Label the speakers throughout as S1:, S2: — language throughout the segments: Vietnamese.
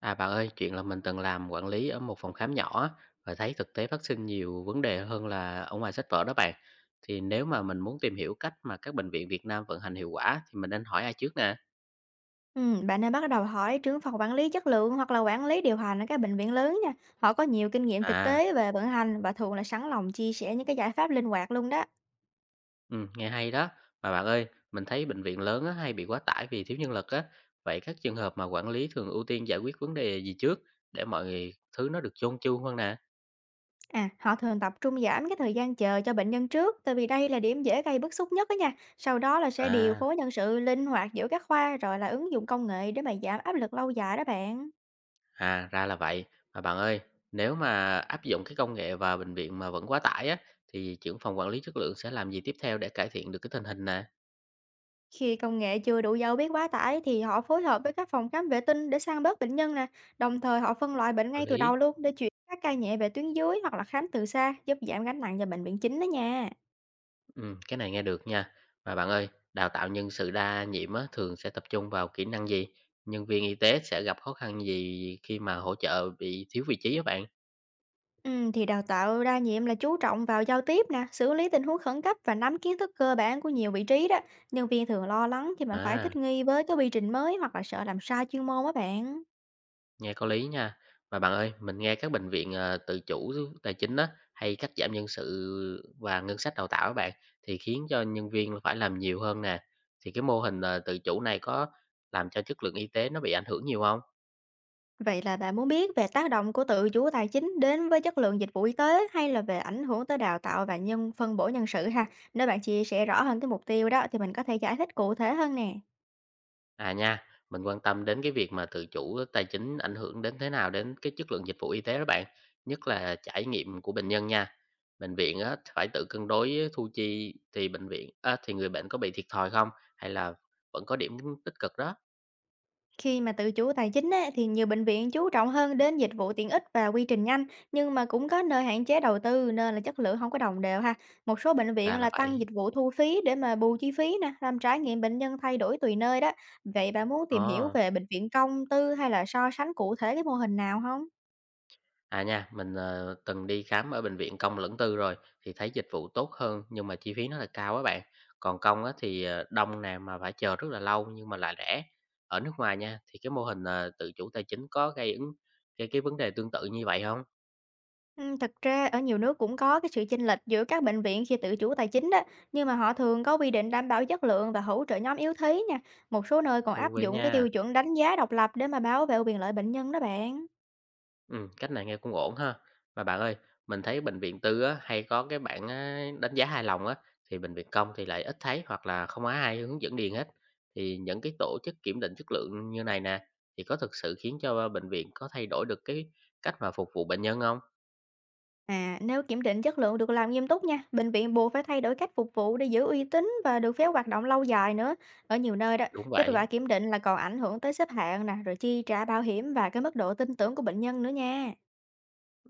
S1: À bạn ơi, chuyện là mình từng làm quản lý ở một phòng khám nhỏ á, và thấy thực tế phát sinh nhiều vấn đề hơn là ở ngoài sách vở đó bạn. Thì nếu mà mình muốn tìm hiểu cách mà các bệnh viện Việt Nam vận hành hiệu quả thì mình nên hỏi ai trước nè?
S2: Bạn nên bắt đầu hỏi trưởng phòng quản lý chất lượng hoặc là quản lý điều hành ở các bệnh viện lớn nha. Họ có nhiều kinh nghiệm thực
S1: À,
S2: tế về vận hành và thường là sẵn lòng chia sẻ những cái giải pháp linh hoạt luôn đó.
S1: ừ, nghe hay đó. Mà bạn ơi, mình thấy bệnh viện lớn á, hay bị quá tải vì thiếu nhân lực á. Vậy các trường hợp mà quản lý thường ưu tiên giải quyết vấn đề gì trước để mọi thứ nó được chôn chu hơn nè?
S2: À, họ thường tập trung giảm cái thời gian chờ cho bệnh nhân trước, tại vì đây là điểm dễ gây bức xúc nhất đó nha. Sau đó là sẽ điều
S1: À,
S2: phối nhân sự linh hoạt giữa các khoa rồi là ứng dụng công nghệ để mà giảm áp lực lâu dài đó bạn.
S1: À, ra là vậy. Mà bạn ơi, nếu mà áp dụng cái công nghệ vào bệnh viện mà vẫn quá tải á, thì trưởng phòng quản lý chất lượng sẽ làm gì tiếp theo để cải thiện được cái tình hình nè?
S2: Khi công nghệ chưa đủ dấu biết quá tải thì họ phối hợp với các phòng khám vệ tinh để sang bớt bệnh nhân nè, đồng thời họ phân loại bệnh
S1: Quản
S2: ngay từ
S1: lý.
S2: đầu luôn để chuyển các ca nhẹ về tuyến dưới hoặc là khám từ xa giúp giảm gánh nặng cho bệnh viện chính đó nha.
S1: Ừ, cái này nghe được nha. Mà bạn ơi, đào tạo nhân sự đa nhiệm á, thường sẽ tập trung vào kỹ năng gì? Nhân viên y tế sẽ gặp khó khăn gì khi mà hỗ trợ bị thiếu vị trí á bạn?
S2: Ừ, thì đào tạo đa nhiệm là chú trọng vào giao tiếp nè, xử lý tình huống khẩn cấp và nắm kiến thức cơ bản của nhiều vị trí đó. Nhân viên thường lo lắng khi mà phải
S1: À.
S2: thích nghi với cái quy trình mới hoặc là sợ làm sai chuyên môn á bạn.
S1: Nghe có lý nha. Mà bạn ơi, mình nghe các bệnh viện, tự chủ tài chính á, hay cắt giảm nhân sự và ngân sách đào tạo các bạn, thì khiến cho nhân viên phải làm nhiều hơn nè. Thì cái mô hình, tự chủ này có làm cho chất lượng y tế nó bị ảnh hưởng nhiều không?
S2: Vậy là bạn muốn biết về tác động của tự chủ tài chính đến với chất lượng dịch vụ y tế hay là về ảnh hưởng tới đào tạo và nhân phân bổ nhân sự ha? Nếu bạn chia sẻ rõ hơn cái mục tiêu đó thì mình có thể giải thích cụ thể hơn nè.
S1: À nha, mình quan tâm đến cái việc mà tự chủ tài chính ảnh hưởng đến thế nào đến cái chất lượng dịch vụ y tế đó bạn, nhất là trải nghiệm của bệnh nhân nha. Bệnh viện á, phải tự cân đối thu chi thì bệnh viện á, thì người bệnh có bị thiệt thòi không? Hay là vẫn có điểm tích cực đó?
S2: Khi mà tự chủ tài chính á, thì nhiều bệnh viện chú trọng hơn đến dịch vụ tiện ích và quy trình nhanh, nhưng mà cũng có nơi hạn chế đầu tư nên là chất lượng không có đồng đều ha. Một số bệnh
S1: Ra
S2: viện
S1: là
S2: là tăng
S1: vậy.
S2: dịch vụ thu phí để mà bù chi phí nè, làm trải nghiệm bệnh nhân thay đổi tùy nơi đó. Vậy bạn muốn
S1: Ồ,
S2: tìm hiểu về bệnh viện công, tư hay là so sánh cụ thể cái mô hình nào không?
S1: à, nha, mình, từng đi khám ở bệnh viện công lẫn tư rồi, thì thấy dịch vụ tốt hơn nhưng mà chi phí nó là cao á bạn. Còn công á thì, đông nè, mà phải chờ rất là lâu nhưng mà lại rẻ. Ở nước ngoài nha, thì cái mô hình, tự chủ tài chính có gây cái vấn đề tương tự như vậy không?
S2: Thật ra ở nhiều nước cũng có cái sự chênh lệch giữa các bệnh viện khi tự chủ tài chính đó, nhưng mà họ thường có quy định đảm bảo chất lượng và hỗ trợ nhóm yếu thế nha. Một số nơi còn
S1: Thú
S2: áp
S1: vị
S2: dụng cái
S1: nha.
S2: tiêu chuẩn đánh giá độc lập để mà bảo vệ quyền lợi bệnh nhân đó bạn.
S1: Cách này nghe cũng ổn ha. Mà bạn ơi, mình thấy bệnh viện tư á, hay có cái bảng á, đánh giá hài lòng á, thì bệnh viện công thì lại ít thấy hoặc là không có ai hướng dẫn điền hết. Thì những cái tổ chức kiểm định chất lượng như này nè, thì có thực sự khiến cho bệnh viện có thay đổi được cái cách mà phục vụ bệnh nhân không?
S2: À, nếu kiểm định chất lượng được làm nghiêm túc nha, bệnh viện buộc phải thay đổi cách phục vụ để giữ uy tín và được phép hoạt động lâu dài nữa. Ở nhiều nơi đó,
S1: Đúng
S2: kết
S1: vậy.
S2: quả kiểm định là còn ảnh hưởng tới xếp hạng nè, rồi chi trả bảo hiểm và cái mức độ tin tưởng của bệnh nhân nữa nha.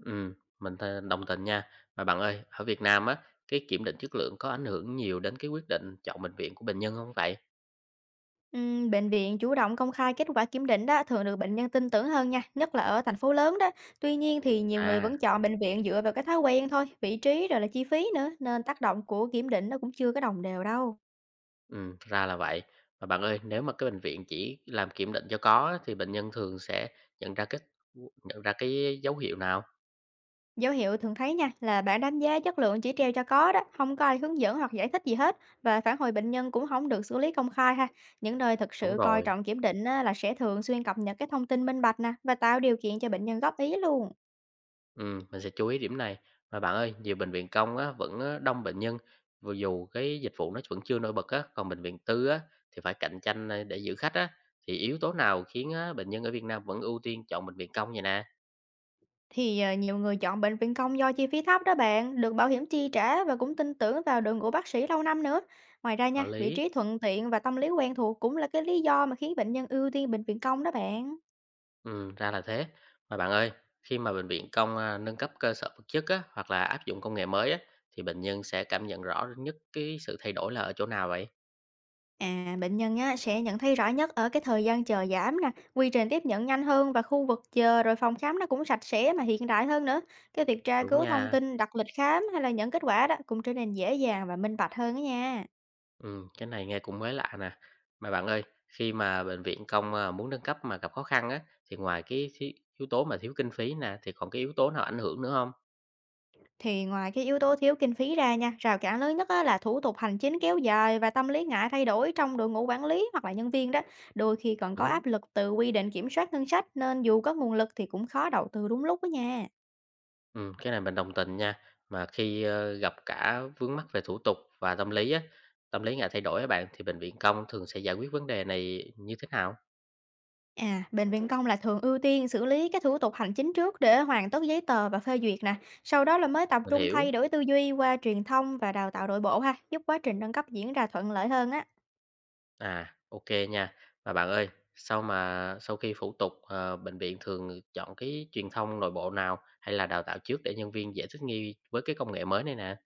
S1: Ừm, đồng tình nha. Mà bạn ơi, ở Việt Nam á, cái kiểm định chất lượng có ảnh hưởng nhiều đến cái quyết định chọn bệnh viện của bệnh nhân không vậy?
S2: Bệnh viện chủ động công khai kết quả kiểm định đó thường được bệnh nhân tin tưởng hơn nha, nhất là ở thành phố lớn đó. Tuy nhiên thì nhiều người
S1: À.
S2: vẫn chọn bệnh viện dựa vào cái thói quen thôi, vị trí rồi là chi phí nữa, nên tác động của kiểm định nó cũng chưa có đồng đều đâu.
S1: Ừ ra là vậy. Mà bạn ơi, nếu mà cái bệnh viện chỉ làm kiểm định cho có á, thì bệnh nhân thường sẽ nhận ra kết nhận ra cái dấu hiệu nào?
S2: Dấu hiệu thường thấy nha là bảng đánh giá chất lượng chỉ treo cho có đó, không có ai hướng dẫn hoặc giải thích gì hết, và phản hồi bệnh nhân cũng không được xử lý công khai ha. Những nơi thực
S1: Đúng
S2: sự coi
S1: rồi,
S2: trọng kiểm định á, là sẽ thường xuyên cập nhật cái thông tin minh bạch nè và tạo điều kiện cho bệnh nhân góp ý luôn.
S1: ừ mình sẽ chú ý điểm này. Mà bạn ơi, nhiều bệnh viện công á, vẫn á, đông bệnh nhân, vừa dù cái dịch vụ nó vẫn chưa nổi bật á, còn bệnh viện tư á, thì phải cạnh tranh à, để giữ khách á, thì yếu tố nào khiến á, bệnh nhân ở Việt Nam vẫn ưu tiên chọn bệnh viện công vậy nè?
S2: Thì, ờ, nhiều người chọn bệnh viện công do chi phí thấp đó bạn, được bảo hiểm chi trả và cũng tin tưởng vào đội ngũ bác sĩ lâu năm nữa. Ngoài ra
S1: Hợp
S2: nha, vị
S1: lý.
S2: trí thuận tiện và tâm lý quen thuộc cũng là cái lý do mà khiến bệnh nhân ưu tiên bệnh viện công đó bạn.
S1: Ừ, ra là thế. Mà bạn ơi, khi mà bệnh viện công, a, nâng cấp cơ sở vật chất á, hoặc là áp dụng công nghệ mới á, thì bệnh nhân sẽ cảm nhận rõ nhất cái sự thay đổi là ở chỗ nào vậy?
S2: À, bệnh nhân á, sẽ nhận thấy rõ nhất ở cái thời gian chờ giảm nè, quy trình tiếp nhận nhanh hơn và khu vực chờ rồi phòng khám nó cũng sạch sẽ mà hiện đại hơn nữa. Cái việc tra
S1: Đúng
S2: cứu thông
S1: nha.
S2: tin, đặt lịch khám hay là nhận kết quả đó cũng trở nên dễ dàng và minh bạch hơn đó nha.
S1: Ừ, cái này nghe cũng mới lạ nè. Mà bạn ơi, khi mà bệnh viện công, a, muốn nâng cấp mà gặp khó khăn á, thì ngoài cái yếu tố mà thiếu kinh phí nè, thì còn cái yếu tố nào ảnh hưởng nữa không?
S2: Thì ngoài cái yếu tố thiếu kinh phí ra nha, rào cản lớn nhất á, là thủ tục hành chính kéo dài và tâm lý ngại thay đổi trong đội ngũ quản lý hoặc là nhân viên đó. Đôi khi còn có
S1: Đúng.
S2: áp lực từ quy định kiểm soát ngân sách nên dù có nguồn lực thì cũng khó đầu tư đúng lúc đó nha.
S1: Cái này mình đồng tình nha. Mà khi, gặp cả vướng mắc về thủ tục và tâm lý á, tâm lý ngại thay đổi á bạn, thì bệnh viện công thường sẽ giải quyết vấn đề này như thế nào?
S2: À, bệnh viện công là thường ưu tiên xử lý các thủ tục hành chính trước để hoàn tất giấy tờ và phê duyệt nè. Sau đó là mới tập
S1: Mình
S2: trung
S1: hiểu.
S2: thay đổi tư duy qua truyền thông và đào tạo đội bộ ha, giúp quá trình nâng cấp diễn ra thuận lợi hơn á.
S1: À, ok nha. Mà bạn ơi, sau khi thủ tục, bệnh viện thường chọn cái truyền thông nội bộ nào hay là đào tạo trước để nhân viên dễ thích nghi với cái công nghệ mới này nè?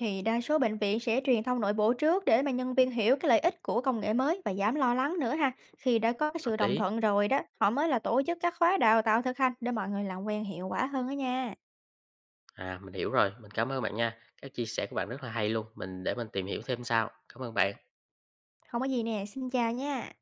S2: Thì đa số bệnh viện sẽ truyền thông nội bộ trước để mà nhân viên hiểu cái lợi ích của công nghệ mới và giảm lo lắng nữa ha. Khi đã có cái
S1: Hợp
S2: sự đồng
S1: lý.
S2: thuận rồi đó, họ mới là tổ chức các khóa đào tạo thực hành để mọi người làm quen hiệu quả hơn đó nha.
S1: À, mình hiểu rồi, mình cảm ơn bạn nha. Các chia sẻ của bạn rất là hay luôn, mình tìm hiểu thêm sau. Cảm ơn bạn.
S2: Không có gì nè, xin chào nha.